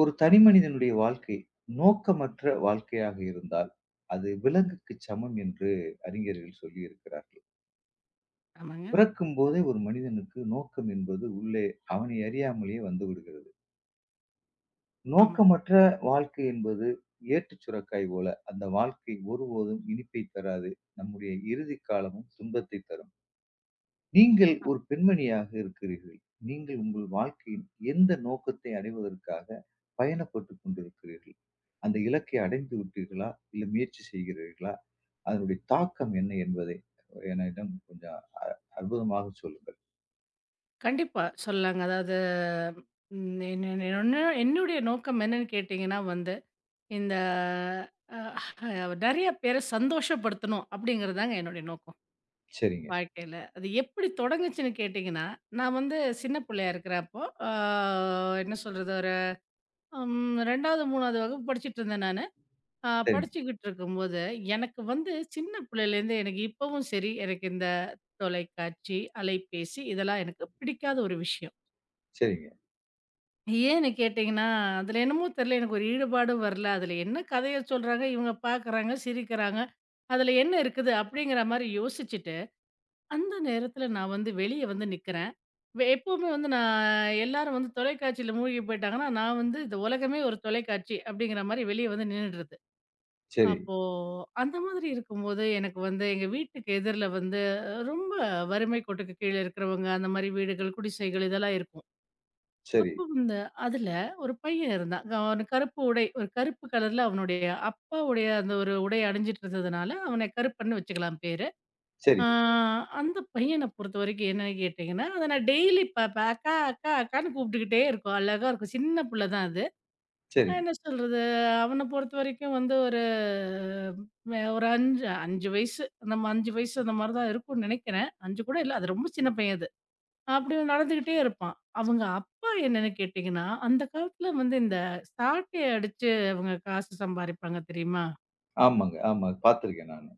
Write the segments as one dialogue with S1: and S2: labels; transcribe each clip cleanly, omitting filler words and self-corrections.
S1: ஒரு தனி மனிதனுடைய வாழ்க்கை நோக்கமற்ற வாழ்க்கையாக இருந்தால் அது விலங்குக்கு சமம் என்று அறிஞர்கள் சொல்லி இருக்கிறார்கள்.
S2: ஆமாங்க.
S1: பிறக்கும் போதே ஒரு மனிதனுக்கு நோக்கம் என்பது உள்ளே அவனை அறியாமலேயே வந்து விடுகிறது.
S2: ஆமா.
S1: நோக்கமற்ற வாழ்க்கை என்பது ஏட்டுச் சுரக்காய் போல அந்த வாழ்க்கை ஒருபோதும் இனிப்பை தராது. நம்முடைய இறுதி காலமும் துன்பத்தை தரும். நீங்கள்
S2: ஆ.
S1: ஒரு பெண்மணியாக இருக்கிறீர்கள். நீங்கள் உங்கள் வாழ்க்கையின் எந்த நோக்கத்தை அடைவதற்காக பயணப்பட்டு கொண்டிருக்கிறீர்கள்? அந்த இலக்கை அடைந்து விட்டீர்களா? இல்ல முயற்சி செய்கிறீர்களா? அதனுடைய தாக்கம் என்ன என்பதை என்னிடம் கொஞ்சம் அற்புதமாக சொல்லுங்கள்.
S2: கண்டிப்பா சொல்லலாங்க. அதாவது ம் என்ன என்ன என்ன- என்னுடைய நோக்கம் என்னன்னு கேட்டீங்கன்னா வந்து, இந்த அ நெறைய பேர சந்தோஷப்படுத்தணும் அப்படிங்கிறதுதாங்க என்னுடைய நோக்கம்
S1: சரிங்க,
S2: வாழ்க்கையில. அது எப்படி தொடங்குச்சுன்னு கேட்டீங்கன்னா, நான் வந்து சின்ன பிள்ளையா இருக்கிறப்போ, ஆ என்ன சொல்றது ஒரு 2வது, 3வது வகுப்பு படிச்சுட்டு இருந்தேன் நானு.
S1: சரிங்க,
S2: படிச்சுக்கிட்டு இருக்கும்போது, எனக்கு வந்து சின்ன பிள்ளையிலேருந்து எனக்கு இப்பவும் சரி, எனக்கு இந்த தொலைக்காட்சி, அலைபேசி இதெல்லாம் எனக்கு பிடிக்காத ஒரு விஷயம்.
S1: சரிங்க,
S2: ஏன்னு கேட்டீங்கன்னா, அதில என்னமோ தெரியல எனக்கு ஒரு ஈடுபாடும் வரல. அதில என்ன கதைய சொல்றாங்க, இவங்க பார்க்குறாங்க, சிரிக்கிறாங்க. அதில என்ன இருக்குது? அப்படிங்கிற மாரி யோசிச்சுட்டு, அந்த நேரத்தில நான் வந்து வெளிய வந்து நிக்கிறேன். எப்பவுமே வந்து நான் எல்லாரும் வந்து தொலைக்காட்சியில மூழ்கி போயிட்டாங்கன்னா, நான் வந்து இந்த உலகமே ஒரு தொலைக்காட்சி அப்படிங்கிற மாரி வெளிய வந்து நின்னுடுறது.
S1: சரி,
S2: அப்போ அந்த மாதிரி இருக்கும்போது எனக்கு வந்து எங்க வீட்டுக்கு எதிர்ல வந்து ரொம்ப வறுமை கோட்டுக்கு கீழ இருக்கிறவங்க அந்த மாதிரி வீடுகள், குடிசைகள் இதெல்லாம் இருக்கும்.
S1: சரி,
S2: அப்போ வந்து அதுல ஒரு பையன் இருந்தான். அவன் கருப்பு உடை ஒரு கருப்பு கலர்ல அவனுடைய அப்பாவுடைய அந்த ஒரு உடை அணிஞ்சிட்டு இருந்ததுனால, அவன கருப்பன்னு வச்சுக்கலாம் பேரு. ஆ
S1: சரிங்க,
S2: அந்த பையன பொறுத்தவரைக்கும் என்னன்னு கேட்டீங்கன்னா, அத நான் டெய்லி பாப்பேன். அக்கா, அக்கா, அக்கான்னு கூப்பிட்டுக்கிட்டே இருக்கும். அழகா இருக்கும். சின்ன புள்ள தான் அது. நான்
S1: சரிங்க.
S2: என்ன சொல்றது? அவன பொறுத்தவரைக்கும் வந்து ஒரு ஒரு 5 5 வயசு நம்ம 5 வயசு அந்த மாரி தான் இருக்கும்னு நெனைக்கிறேன். 5 கூட இல்ல. அது ரொம்ப சின்ன பையன் அது. அப்படி நடந்துகிட்டே இருப்பான். அவங்க அப்பா என்னன்னு கேட்டீங்கன்னா, அந்த காலத்துல வந்து இந்த சாட்டைய அடிச்சு அவங்க காசு சம்பாரிப்பாங்க தெரியுமா?
S1: ஆமாங்க, ஆமா. பார்த்துருக்கேன் நானு.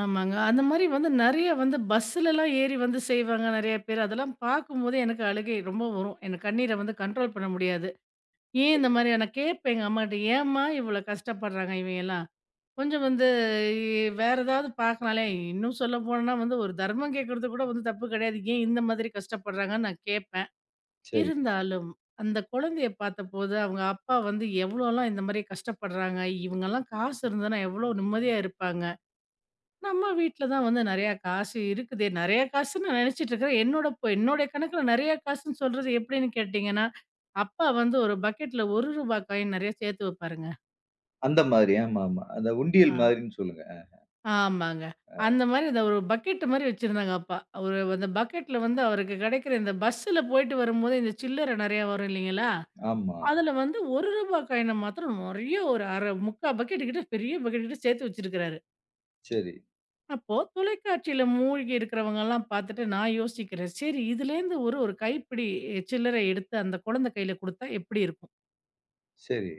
S2: ஆமாங்க. அந்த மாரி வந்து நெறைய வந்து பஸ்ஸுலலாம் ஏறி வந்து செய்வாங்க நெறைய பேர். அதெல்லாம் பார்க்கும்போதே எனக்கு அழுகை ரொம்ப வரும். எனக்கு கண்ணீர வந்து கண்ட்ரோல் பண்ண முடியாது. ஏன் இந்த மாரி நான் கேட்பேன் எங்க அம்மாட்ட, "ஏம்மா இவ்வளோ கஷ்டப்படுறாங்க இவைங்கலாம்?" கொஞ்சம் வந்து வேற ஏதாவது பார்க்கனாலே இன்னும் சொல்ல போனோம்னா வந்து ஒரு தர்மம் கேட்கறது கூட வந்து தப்பு கிடையாது. ஏன் இந்த மாதிரி கஷ்டப்படுறாங்கன்னு நான் கேட்பேன்.
S1: சரி.
S2: இருந்தாலும் அந்த குழந்தைய பார்த்தபோது அவங்க அப்பா வந்து எவ்வளோலாம் இந்த மாரி கஷ்டப்படுறாங்க. இவங்கலாம் காசு இருந்ததுனா எவ்வளோ நிம்மதியா இருப்பாங்க. நம்ம வீட்ல தான் வந்து நெறையா காசு இருக்குதே. நெறையா காசுன்னு நான் நினச்சிட்டு இருக்கிறேன். என்னோட என்னுடைய கணக்குல நெறையா காசுன்னு சொல்றது எப்படின்னு கேட்டீங்கன்னா, அப்பா வந்து ஒரு பக்கெட்ல ரூ. 1 காயின் நெறையா சேர்த்து வைப்பாருங்க.
S1: அந்த மாதிரி ஆமா, ஆமா. அந்த
S2: ஆ.
S1: உண்டியல் மாதிரின்னு சொல்லுங்க.
S2: ஆமாங்க. அந்த மாரி அத ஒரு பக்கெட் மாரி வச்சிருந்தாங்க அப்பா. ஒரு அந்த பக்கெட்ல வந்து அவருக்கு கிடைக்கிற இந்த பஸ்ஸுல போயிட்டு வரும்போது இந்த சில்லறை நெறையா வரும் இல்லைங்களா?
S1: ஆமா.
S2: அதுல வந்து ரூ. 1 காயின மாத்திரம் நெறைய ஒரு 1/2 முக்கா பக்கெட் கிட்ட பெரிய பக்கெட் கிட்ட சேர்த்து வச்சிருக்கிறாரு.
S1: சரி,
S2: அப்போ தொலைக்காட்சியில மூழ்கி இருக்கிறவங்கலாம் பார்த்துட்டு நான் யோசிக்கிறேன். சரி இதுலேருந்து ஒரு ஒரு கைப்பிடி சில்லறை எடுத்து அந்த குழந்தை கையில குடுத்தா எப்படி இருக்கும்?
S1: சரி.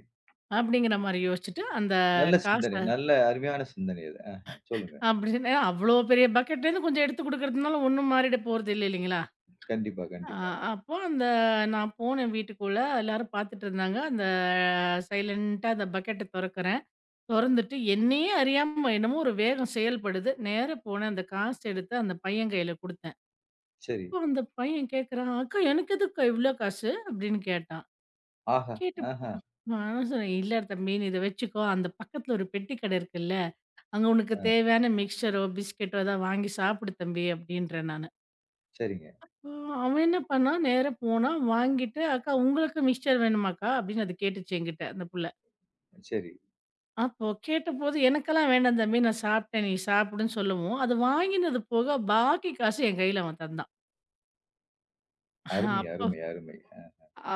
S2: அப்படிங்கிற மாரி யோசிச்சுட்டு அந்த
S1: நல்ல
S2: காச
S1: சிந்தனை. நல்ல அருமையான சிந்தனை அது. ஆஹா. சொல்லுங்க.
S2: அப்படின்னு அவ்ளோ பெரிய பக்கெட்லேருந்து கொஞ்சம் எடுத்து குடுக்கறதுனால ஒண்ணும் மாறிட போறது இல்ல இல்லைங்களா?
S1: கண்டிப்பா,
S2: அ
S1: கண்டிப்பா.
S2: அப்போ அந்த நான் போனேன் வீட்டுக்குள்ள. எல்லாரும் பார்த்துட்டு இருந்தாங்க. அந்த சைலன்ட்டா அந்த பக்கெட்ட தொறக்கிறேன். தொறந்துட்டு என்னையே அறியாம என்னமோ ஒரு வேகம் செயல்படுது. நேரா போனேன் அந்த காசு எடுத்து அந்த பையன் கையில குடுத்தேன்.
S1: சரி.
S2: அப்போ அந்த பையன் கேட்குறான், "அக்கா எனக்கு எதுக்குக்கா இவ்ளோ காசு?" அப்படின்னு கேட்டான்.
S1: ஆஹா,
S2: கேட்டு
S1: ஆஹா.
S2: நான் சொன்னேன், "இல்ல தம்பி நீ இத வச்சுக்கோ. அந்த பக்கத்துல ஒரு பெட்டி கடை இருக்குல்ல, அங்க உனக்கு தேவையான மிக்சரோ, பிஸ்கெட்டோ ஏதாவது வாங்கி சாப்பிடு தம்பி" அப்படின்றேன் நானு.
S1: சரிங்க.
S2: ஆ, அவன் என்ன பண்ணான், நேரா போனான், வாங்கிட்டு, "அக்கா உங்களுக்கு மிக்ஸ்சர் வேணுமாக்கா?" அப்படின்னு அது கேட்டுச்சு என்கிட்ட, அந்த புள்ள.
S1: சரி.
S2: அப்போ கேட்டபோது, "எனக்கெல்லாம் வேண்டாம் தம்பி, நான் சாப்பிட்டேன், நீ சாப்பிடுன்னு" சொல்லவும், அது வாங்கினது போக பாக்கி காசு என் கையில அவன் தந்தான்.
S1: அருமை,
S2: அப்போ
S1: அருமை, அருமை.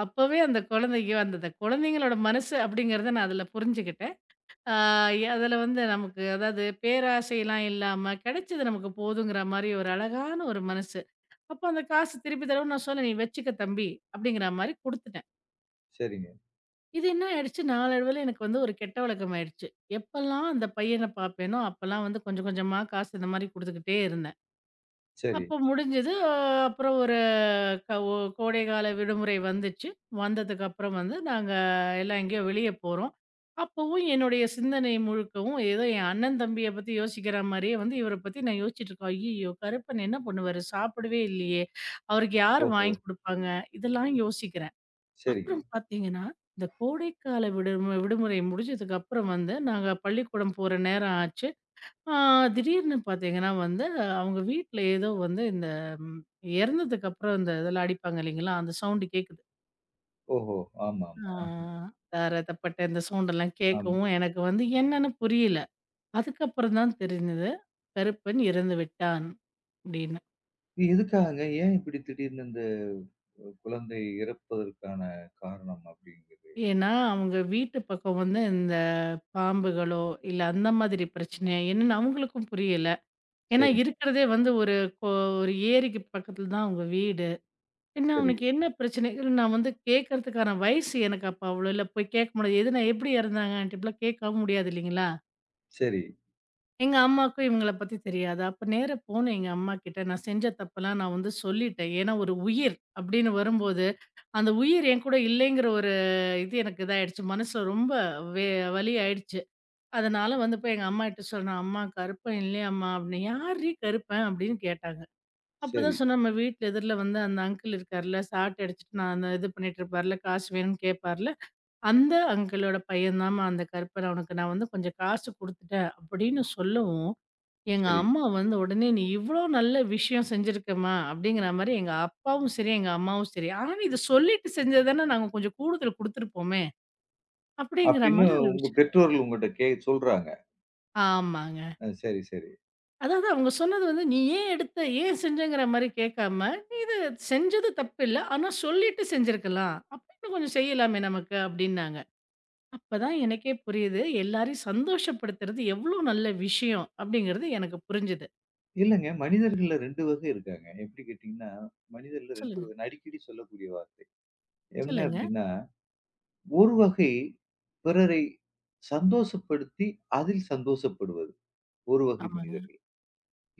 S2: அப்பவே அந்த குழந்தைக்கு வந்து அந்த குழந்தைங்களோட மனசு அப்படிங்கிறத நான் அதுல புரிஞ்சுக்கிட்டேன். ஆ, அதுல வந்து நமக்கு அதாவது பேராசைலாம் இல்லாம, கிடைச்சது நமக்கு போதுங்கிற மாரி ஒரு அழகான ஒரு மனசு. அப்போ அந்த காசு திருப்பி தரவும் நான் சொன்னேன், "நீ வச்சுக்க தம்பி" அப்படிங்கிற மாரி குடுத்துட்டேன்.
S1: சரிங்க.
S2: இது என்ன ஆயிடுச்சு, நாளடைவுல எனக்கு வந்து ஒரு கெட்ட வழக்கம் ஆயிடுச்சு. எப்பல்லாம் அந்த பையன பார்ப்பேனோ, அப்பல்லாம் வந்து கொஞ்சம் கொஞ்சமா காசு இந்த மாரி குடுத்துக்கிட்டே இருந்தேன்.
S1: சரி.
S2: அப்போ முடிஞ்சது. அப்புறம் ஒரு க ஒ கோடைகால விடுமுறை வந்துச்சு. வந்ததுக்கப்புறம் வந்து நாங்க எல்லாம் எங்கேயோ வெளிய போறோம். அப்பவும் என்னுடைய சிந்தனை முழுக்கவும் ஏதோ என் அண்ணன் தம்பிய பத்தி யோசிக்கிற மாரியே வந்து இவர பத்தி நான் யோசிச்சுட்டுருக்கேன். ஐய்யயோ! கருப்பன் என்ன பண்ணுவாரு? சாப்பிடவே இல்லையே! அவருக்கு யார்
S1: ஓஹோ!
S2: வாங்கி குடுப்பாங்க? இதெல்லாம் யோசிக்கிறேன்.
S1: சரிங்க.
S2: அப்புறம் பார்த்தீங்கன்னா, இந்த கோடைக்கால விடுமுறை முடிஞ்சதுக்கப்புறம் வந்து, நாங்க பள்ளிக்கூடம் போற நேரம் ஆச்சு. ஆ திடீர்னு பார்த்தீங்கன்னா வந்து, அவங்க வீட்ல ஏதோ வந்து இந்த ம் இறந்ததுக்கப்புறம் இந்த இதெல்லாம் அடிப்பாங்க இல்லைங்களா? அந்த சவுண்டு கேட்குது.
S1: ஓஹோ! ஆமா,
S2: ஆ
S1: ஆமா.
S2: தார தப்பட்டை இந்த சவுண்டெல்லாம்
S1: ஆ, ஆமா.
S2: கேட்கவும், எனக்கு வந்து என்னன்னு புரியல. அதுக்கப்புறம் தான் தெரிஞ்சது, "கருப்பன் இறந்து விட்டான்" அப்படின்னு.
S1: இது எதுக்காகங்க? ஏன் இப்படி திடீர்னு இந்த குழந்தை இறப்பதற்கான காரணம் அப்படிங்கிறது?
S2: ஏன்னா, அவங்க வீட்டு பக்கம் வந்து இந்த பாம்புகளோ, இல்ல அந்த மாதிரி பிரச்சனை என்னன்னு அவங்களுக்கும் புரியல. ஏன்னா
S1: சரிங்க.
S2: இருக்கிறதே வந்து ஒரு கோ ஒரு ஏரிக்கு பக்கத்துல தான் அவங்க வீடு. என்ன
S1: சரி,
S2: அவனுக்கு என்ன பிரச்சனை? இல்ல நான் வந்து கேட்கறதுக்கான வயசு எனக்கு அப்ப அவ்வளோ இல்ல. போய் கேட்க முடியாது. எதுனா எப்படி இறந்தாங்க ஆன்ட்டி இப்படிலாம் கேட்கவும் முடியாது இல்லைங்களா?
S1: சரி,
S2: எங்க அம்மாக்கும் இவங்கள பத்தி தெரியாது. அப்ப நேரா போனேன் எங்க அம்மாகிட்ட. நான் செஞ்ச தப்பெல்லாம் நான் வந்து சொல்லிட்டேன். ஏன்னா ஒரு உயிர் அப்படின்னு வரும்போது, அந்த உயிர் என் கூட இல்லைங்கிற ஒரு இது எனக்கு இதாயிடுச்சு. மனசுல ரொம்ப வே வலி ஆயிடுச்சு. அதனால வந்து போய் எங்க அம்மாகிட்ட சொன்னேன். "அம்மா கருப்பன் இல்லையாம்மா" அப்படின்னு. "யார்ரி கருப்பன்?" அப்படின்னு கேட்டாங்க.
S1: சரி,
S2: அப்பதான் சொன்னேன், நம்ம வீட்ல எதிர்ல வந்து அந்த அங்கிள் இருக்கார்ல, சாட்ட அடிச்சுட்டு நான் அந்த இது பண்ணிட்டு இருப்பார்ல, காசு வேணும்னு கேட்பார்ல. அந்த அங்கிளோட பையன்தாம்மா அந்த கருப்பன். அவனுக்கு நான் வந்து கொஞ்சம் காசு குடுத்துட்டேன் அப்படின்னு சொல்லவும், எங்க
S1: சரி.
S2: அம்மா வந்து உடனே, "நீ இவ்ளோ நல்ல விஷயம் செஞ்சிருக்கம்மா" அப்படிங்கிற மாரி எங்க அப்பாவும் சரி, எங்க அம்மாவும் சரி, "ஆனா இத சொல்லிட்டு செஞ்சா தானே நாங்க கொஞ்சம் கூடுதல் குடுத்துருப்போமே" அப்படிங்கிற
S1: அப்படின்னு
S2: மாரி ஒரு
S1: உங்க
S2: விஷயம்.
S1: பெற்றோர்கள் உங்கட்ட சொல்றாங்க.
S2: ஆமாங்க.
S1: சரி, சரி.
S2: அதாவது அவங்க சொன்னது வந்து, "நீ ஏன் எடுத்த? ஏன் செஞ்சங்கிற?" மாரி கேட்காம, "நீ இது செஞ்சது தப்பில்ல. ஆனா சொல்லிட்டு செஞ்சிருக்கலாம். அப்ப இன்னும் கொஞ்சம் செய்யலாமே நமக்கு" அப்படின்னாங்க. அப்பதான் எனக்கே புரியுது, எல்லாரையும் சந்தோஷப்படுத்துறது எவ்வளோ நல்ல விஷயம் அப்படிங்கிறது எனக்கு புரிஞ்சுது.
S1: இல்லங்க, மனிதர்கள்ல 2 வகை இருக்காங்க. எப்படி கேட்டீங்கன்னா, மனிதர்ல 2
S2: சொல்லுங்க,
S1: வகை. நான் அடிக்கடி சொல்லக்கூடிய வார்த்தை. என்ன
S2: சொல்லுங்க.
S1: அப்படின்னா, ஒரு வகை பிறரை சந்தோஷப்படுத்தி, அதில் சந்தோஷப்படுவது. ஒரு வகை
S2: ஆமாங்க,
S1: மனிதர்கள்.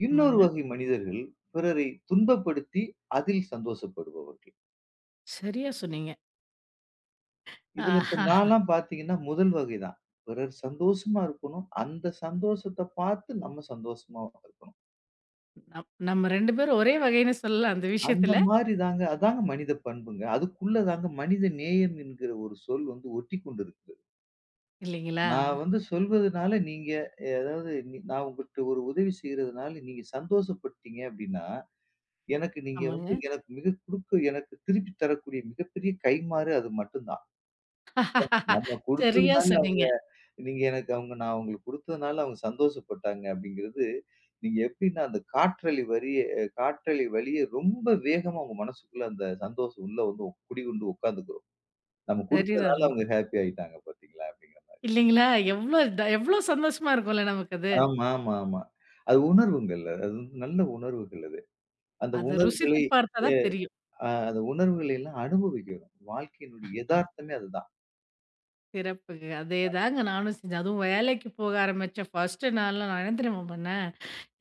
S1: இன்னொரு
S2: ஆமாங்க.
S1: வகை மனிதர்கள் பிறரை துன்பப்படுத்தி அதில் சந்தோஷப்படுபவர்கள்.
S2: சரியா சொன்னீங்க.
S1: இதுல இப்ப
S2: ஆஹா!
S1: நான்லாம் பார்த்தீங்கன்னா, முதல் வகை தான். பிறர் சந்தோஷமா இருக்கணும். அந்த சந்தோஷத்த பார்த்து நம்ம சந்தோஷமா இருக்கணும்.
S2: நம்ம 2 பேரும் ஒரே வகைன்னு சொல்லலாம் அந்த
S1: அந்த
S2: விஷயத்துல.
S1: மாரி தாங்க அதாங்க மனித பண்புங்க. அதுக்குள்ள தாங்க மனித நேயம் என்கிற ஒரு சொல் வந்து ஒட்டிக்கொண்டு இருக்கிறது.
S2: இல்லைங்களா?
S1: நான் வந்து சொல்வதனால நீங்க அதாவது நீ நான் உங்கட்ட ஒரு உதவி செய்றதுனால நீங்க சந்தோஷப்பட்டீங்க அப்டின்னா, எனக்கு நீங்க
S2: ஆமாங்க.
S1: வந்து எனக்கு மிக குடுக்க எனக்கு திருப்பி தரக்கூடிய மிகப்பெரிய கைம்மாறு அது மட்டும் தான். நம்ம
S2: சரியா
S1: குடுத்ததுனால அவங்க
S2: சொன்னீங்க.
S1: நீங்க எனக்கு அவங்க நான் உங்களுக்கு குடுத்ததுனால அவங்க சந்தோஷப்பட்டாங்க அப்படிங்கிறது, நீங்க எப்படின்னா அந்த காற்றலை வழிய ரொம்ப வேகமா உங்க மனசுக்குள்ள அந்த சந்தோஷம் உள்ள வந்து குடிகொண்டு உட்கார்ந்துக்கும். நம்ம
S2: சரிதாங்க.
S1: குடுத்ததுனால அவங்க ஹாப்பி ஆயிட்டாங்க பார்த்தீங்களா? அப்படிங்கிற மாரி.
S2: இல்லைங்களா? எவ்வளோ த எவ்வளோ சந்தோஷமா இருக்கும்ல நமக்கு அது.
S1: ஆமா, ஆமா, ஆமா. அது உணர்வுங்கள்ல. அது வந்து நல்ல உணர்வுகள் அது. அந்த
S2: அத ருசித்து
S1: உணர்வுகளை
S2: பார்த்தா தான் தெரியும்.
S1: அந்த உணர்வுகளை எல்லாம் அனுபவிக்கணும். வாழ்க்கையினுடைய எதார்த்தமே அதுதான்.
S2: சிறப்புங்க. அதேதாங்க நானும் செஞ்சேன். அதுவும் வேலைக்கு போக ஆரம்பிச்ச ஃபர்ஸ்ட்டு நாள்லாம் நான் என்ன தெரியுமா பண்ணேன்?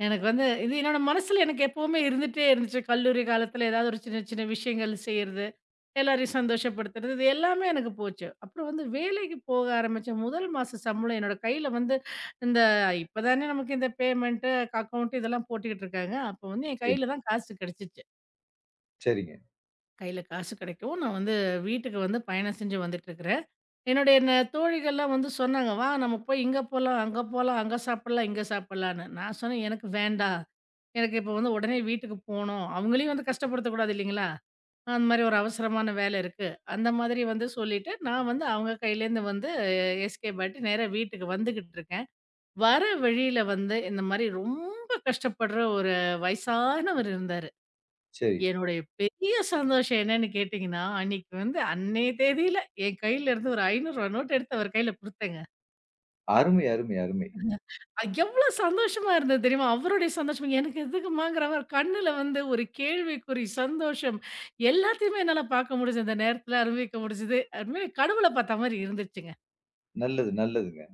S2: எனக்கு வந்து இது என்னோட மனசுல எனக்கு எப்பவுமே இருந்துட்டே இருந்துச்சு. கல்லூரி காலத்துல ஏதாவது ஒரு சின்ன சின்ன விஷயங்கள் செய்றது, எல்லாரையும் சந்தோஷப்படுத்துறது, இது எல்லாமே எனக்கு போச்சு. அப்புறம் வந்து வேலைக்கு போக ஆரம்பிச்ச முதல் மாச சம்பளம் என்னோட கையில வந்து இந்த இப்ப தானே நமக்கு இந்த பேமெண்ட்டு, அக்கவுண்ட் இதெல்லாம் போட்டுக்கிட்டு இருக்காங்க. அப்போ வந்து என்
S1: நிச்சயமா.
S2: கையில தான் காசு கிடைச்சுச்சு.
S1: சரிங்க.
S2: கையில காசு கிடைக்கவும், நான் வந்து வீட்டுக்கு வந்து பயணம் செஞ்சு வந்துட்டுருக்கிறேன். என்னுடைய தோழிகள்லாம் வந்து சொன்னாங்க, "வா நம்ம போய் இங்க போலாம், அங்க போலாம், அங்க சாப்பிடலாம், இங்க சாப்பிடலான்னு." நான் சொன்னேன், "எனக்கு வேண்டாம். எனக்கு இப்போ வந்து உடனே வீட்டுக்கு போணும்." அவங்களையும் வந்து கஷ்டப்படுத்தக்கூடாது இல்லைங்களா? அந்த மாரி ஒரு அவசரமான வேலை இருக்கு. அந்த மாதிரி வந்து சொல்லிட்டு, நான் வந்து அவங்க கையிலேருந்து வந்து எஸ்கேப் ஆயிட்டு நேரா வீட்டுக்கு வந்துகிட்டுருக்கேன். வர வழியில வந்து இந்த மாரி ரொம்ப கஷ்டப்படுற ஒரு வயசானவர் இருந்தாரு.
S1: சரி.
S2: என்னுடைய பெரிய சந்தோஷம் என்னன்னு கேட்டீங்கன்னா, அன்னைக்கு வந்து அன்னைய தேதியில என் கையில இருந்து ஒரு ரூ. 500 நோட்டு எடுத்து அவர் கையில குடுத்தேங்க.
S1: அருமை, அருமை, அருமை.
S2: அது எவ்வளோ சந்தோஷமா இருந்தது தெரியுமா? அவருடைய சந்தோஷம் எனக்கு எதுக்குமாங்கிற மாரி கண்ணுல வந்து ஒரு கேள்விக்குறி, சந்தோஷம் எல்லாத்தையுமே என்னால பார்க்க முடிஞ்சது. அந்த நேரத்துல அனுபவிக்க முடிஞ்சது. உண்மையிலே கடவுள பார்த்த மாரி இருந்துச்சுங்க.
S1: நல்லது, நல்லதுங்க.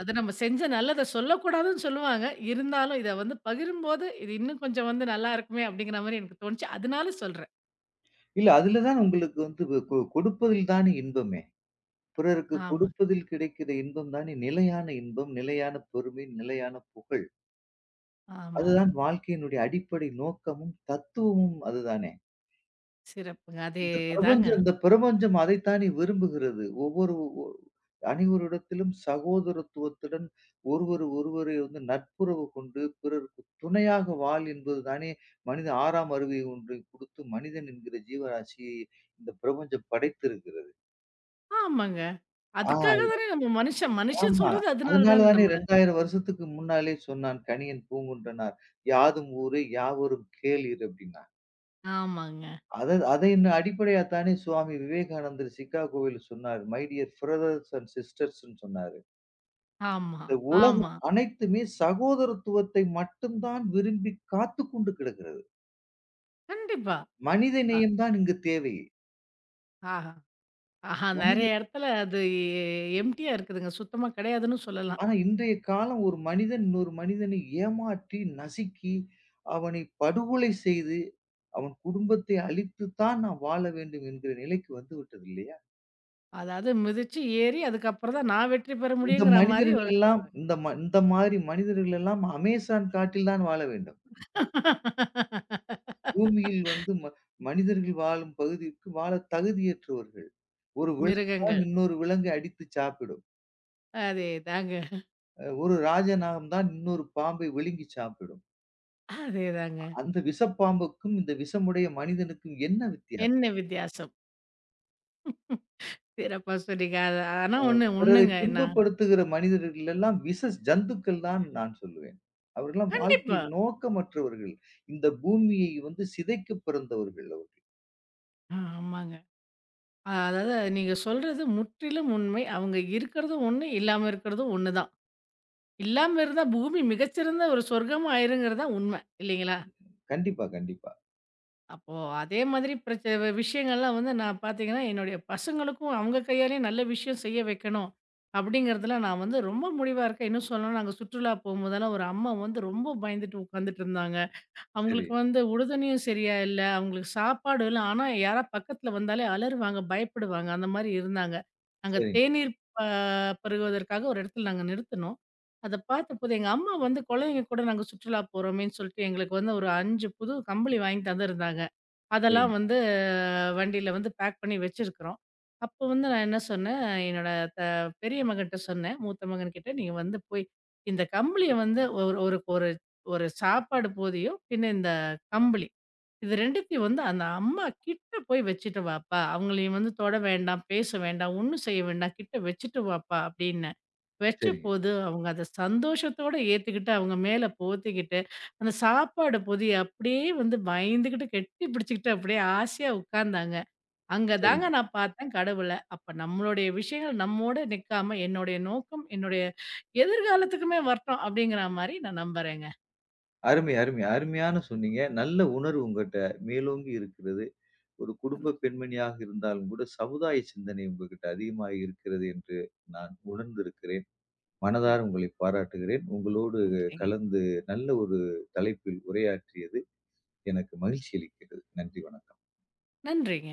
S2: அது நம்ம செஞ்ச நல்லத சொல்லக்கூடாதுன்னு சொல்லுவாங்க. இருந்தாலும் இத வந்து பகிரும்போது, இது இன்னும் கொஞ்சம் வந்து நல்லா இருக்குமே! அப்படிங்கிற மாரி எனக்கு தோணுச்சு. அதனால சொல்றேன்.
S1: இல்ல. அதுல தான் உங்களுக்கு வந்து வ கொ கொடுப்பதில் தானே இன்பமே! பிறருக்கு
S2: ஆமா,
S1: கொடுப்பதில் கிடைக்கிற இன்பம் தானே நிலையான இன்பம், நிலையான பெருமை, நிலையான புகழ்.
S2: ஆமாங்க.
S1: அதுதான் வாழ்க்கையினுடைய அடிப்படை நோக்கமும், தத்துவமும் அதுதானே!
S2: சிறப்புங்க.
S1: இந்த
S2: அதேதாங்க.
S1: பிரபஞ்சம் இந்த பிரபஞ்சம் அதைத்தானே விரும்புகிறது. ஒவ்வொரு ஒ அனைவரிடத்திலும் சகோதரத்துவத்துடன் ஒருவர் ஒருவரை வந்து நட்புறவு கொண்டு, பிறருக்கு துணையாக வாழ் என்பது தானே மனித 6ஆம் அறிவை ஒன்றை கொடுத்து மனிதன் என்கிற ஜீவராசியை இந்த பிரபஞ்சம் படைத்திருக்கிறது.
S2: ஆமாங்க.
S1: ஆ
S2: அதுக்காக தானே நம்ம மனுஷன். மனுஷன்
S1: ஆமா.
S2: சொல்றது அதனால
S1: அதனால
S2: தானே
S1: தானே
S2: நம்மள.
S1: 2000 வருஷத்துக்கு முன்னாலே சொன்னான் கணியன் பூங்குன்றனார். யாதும் ஊரே யாவரும் கேளீர் அப்படின்னான்.
S2: ஆமாங்க.
S1: அதை இன்னும் அடிப்படையா தானே சுவாமி விவேகானந்தர் சிக்காகோவில சொன்னாரு. மை டியர் பிரதர்ஸ் அண்ட் சிஸ்டர்ஸ்ன்னு சொன்னாரு.
S2: ஆமா,
S1: இந்த உலகம்
S2: ஆமா.
S1: அனைத்துமே சகோதரத்துவத்தை மட்டும் தான் விரும்பி காத்துக் கொண்டு கிடக்கிறது.
S2: கண்டிப்பா.
S1: மனித
S2: அ
S1: நேயம் தான் இங்கு தேவை.
S2: ஆஹா, ஆஹா
S1: மனித
S2: நெறைய இடத்துல அது எ எம்ப்டியா இருக்குதுங்க. சுத்தமா கிடையாதுன்னு சொல்லலாம்.
S1: ஆனா இன்றைய காலம் ஒரு மனிதன் இன்னொரு மனிதனை ஏமாற்றி, நசுக்கி, அவனை படுகொலை செய்து, அவன் குடும்பத்தை அழித்து தான் நாம் வாழ வேண்டும் என்கிற நிலைக்கு வந்து விட்டது இல்லையா?
S2: அதாவது மிதிச்சு ஏறி அதுக்கப்புறம் தான் நான் வெற்றி பெற முடியுங்கிற மாரி ஒரு
S1: இந்த மாரி மனிதர்கள் எல்லாம் அமேசான் காட்டில் தான் வாழ வேண்டும். பூமியில் வந்து மனிதர்கள் வாழும் பகுதிக்கு வாழ தகுதியற்றவர்கள். ஒரு விலங்கு தான்
S2: மிருகங்கள்.
S1: இன்னொரு விலங்கை அடித்து சாப்பிடும்.
S2: அதேதாங்க,
S1: ஒரு ராஜநாகம் தான் இன்னொரு பாம்பை விழுங்கி சாப்பிடும்.
S2: அதேதாங்க.
S1: அந்த விஷப்பாம்புக்கும், இந்த விஷமுடைய மனிதனுக்கும் என்ன வித்தியாசம்?
S2: என்ன வித்தியாசம்? சிறப்பா சொன்னீங்க. அது ஆனா ஒண்ணு
S1: பிறரை
S2: ஒண்ணுங்க. நான்
S1: துன்பப்படுத்துகிற மனிதர்கள் எல்லாம் ஜந்துக்கள் தான் நான் சொல்லுவேன். அவர்கள்லாம் வாழ்க்கை
S2: கண்டிப்பா.
S1: நோக்கமற்றவர்கள். இந்த பூமியை வந்து சிதைக்கப் பிறந்தவர்கள் அவர்கள்.
S2: ஆமாங்க. அதாவது நீங்க சொல்றது முற்றிலும் உண்மை. அவங்க இருக்கிறதும் ஒண்ணு, இல்லாம இருக்கிறதும் ஒண்ணு தான். இல்லாம இருந்தா பூமி மிகச்சிறந்த ஒரு சொர்க்கமா ஆயிருங்கிறது தான் உண்ம. இல்லைங்களா?
S1: கண்டிப்பா, கண்டிப்பா.
S2: அப்போ அதே மாதிரி விஷயங்கள்லாம் வந்து நான் பார்த்தீங்கன்னா, என்னுடைய பசங்களுக்கும் அவங்க கையாலேயே நல்ல விஷயம் செய்ய வைக்கணும். அப்படிங்கிறதுல நான் வந்து ரொம்ப முடிவா இருக்கேன். இன்னும் சொல்லணும்னா, நாங்க சுற்றுலா போகும்போதெல்லாம் ஒரு அம்மா வந்து ரொம்ப பயந்துட்டு உட்காந்துட்டு இருந்தாங்க.
S1: சரி.
S2: அவங்களுக்கு வந்து உடுதுணையும் சரியா இல்ல. அவங்களுக்கு சாப்பாடு இல்ல. ஆனா, யாரா பக்கத்துல வந்தாலே அலறுவாங்க, பயப்படுவாங்க. அந்த மாரி இருந்தாங்க. நாங்க
S1: சரிங்க,
S2: தேநீர் ப பருகுவதற்காக ஒரு இடத்துல நாங்க நிறுத்துனோம். அத பார்த்தபோது எங்க அம்மா வந்து குழந்தைங்க கூட நாங்க சுற்றுலா போறோமேன்னு சொல்லிட்டு எங்களுக்கு வந்து ஒரு 5 புது கம்பளி வாங்கி தந்திருந்தாங்க. அதெல்லாம்
S1: சரிங்க,
S2: வந்து வண்டியில வந்து பேக் பண்ணி வச்சிருக்கிறோம். அப்போ வந்து நான் என்ன சொன்னேன், என்னோட த பெரிய மகன்ட்ட சொன்னேன். மூத்த மகன்கிட்ட நீங்க வந்து போய் இந்த கம்பளிய வந்து ஒரு ஒரு ஒரு ஒரு சாப்பாடு போதியும், பின்ன இந்த கம்பளி. இது 2த்தையும் வந்து அந்த அம்மா கிட்ட போய் வச்சுட்டு வாப்பா. அவங்களையும் வந்து தொட வேண்டாம், பேச வேண்டாம், ஒண்ணும் செய்ய வேண்டாம். கிட்ட வச்சுட்டு வாப்பா அப்டின்னேன்.
S1: சரிங்க,
S2: வச்சபோது, அவங்க அத சந்தோஷத்தோட ஏத்துக்கிட்டு, அவங்க மேல போத்திக்கிட்டு, அந்த சாப்பாடு பொதிய அப்படியே வந்து பயந்துகிட்டு, கெட்டி பிடிச்சுக்கிட்டு, அப்படியே ஆசையா உட்கார்ந்தாங்க. அங்க
S1: சரிங்க.
S2: தாங்க நான் பார்த்தேன் கடவுள. அப்ப நம்மளுடைய விஷயங்கள் நம்மோட நிக்காம, என்னுடைய நோக்கம், என்னுடைய எதிர்காலத்துக்குமே வரட்டும், அப்படிங்கிற மாரி நான் நம்புறேங்க.
S1: அருமை, அருமை. அருமையான சொன்னீங்க. நல்ல உணர்வு உங்கட்ட மேலோங்கி இருக்கிறது. ஒரு குடும்ப
S2: சந்தோஷம்,
S1: பெண்மணியாக இருந்தாலும் கூட சமுதாய சிந்தனை உங்ககிட்ட அதிகமா இருக்கிறது என்று நான் உணர்ந்திருக்கிறேன். மனதார
S2: சந்தோஷம்.
S1: உங்களை பாராட்டுகிறேன். உங்களோடு
S2: நன்றிங்க.
S1: கலந்து நல்ல ஒரு தலைப்பில் உரையாற்றியது எனக்கு மகிழ்ச்சி அளிக்கிறது. நன்றி. வணக்கம்.
S2: நன்றிங்க.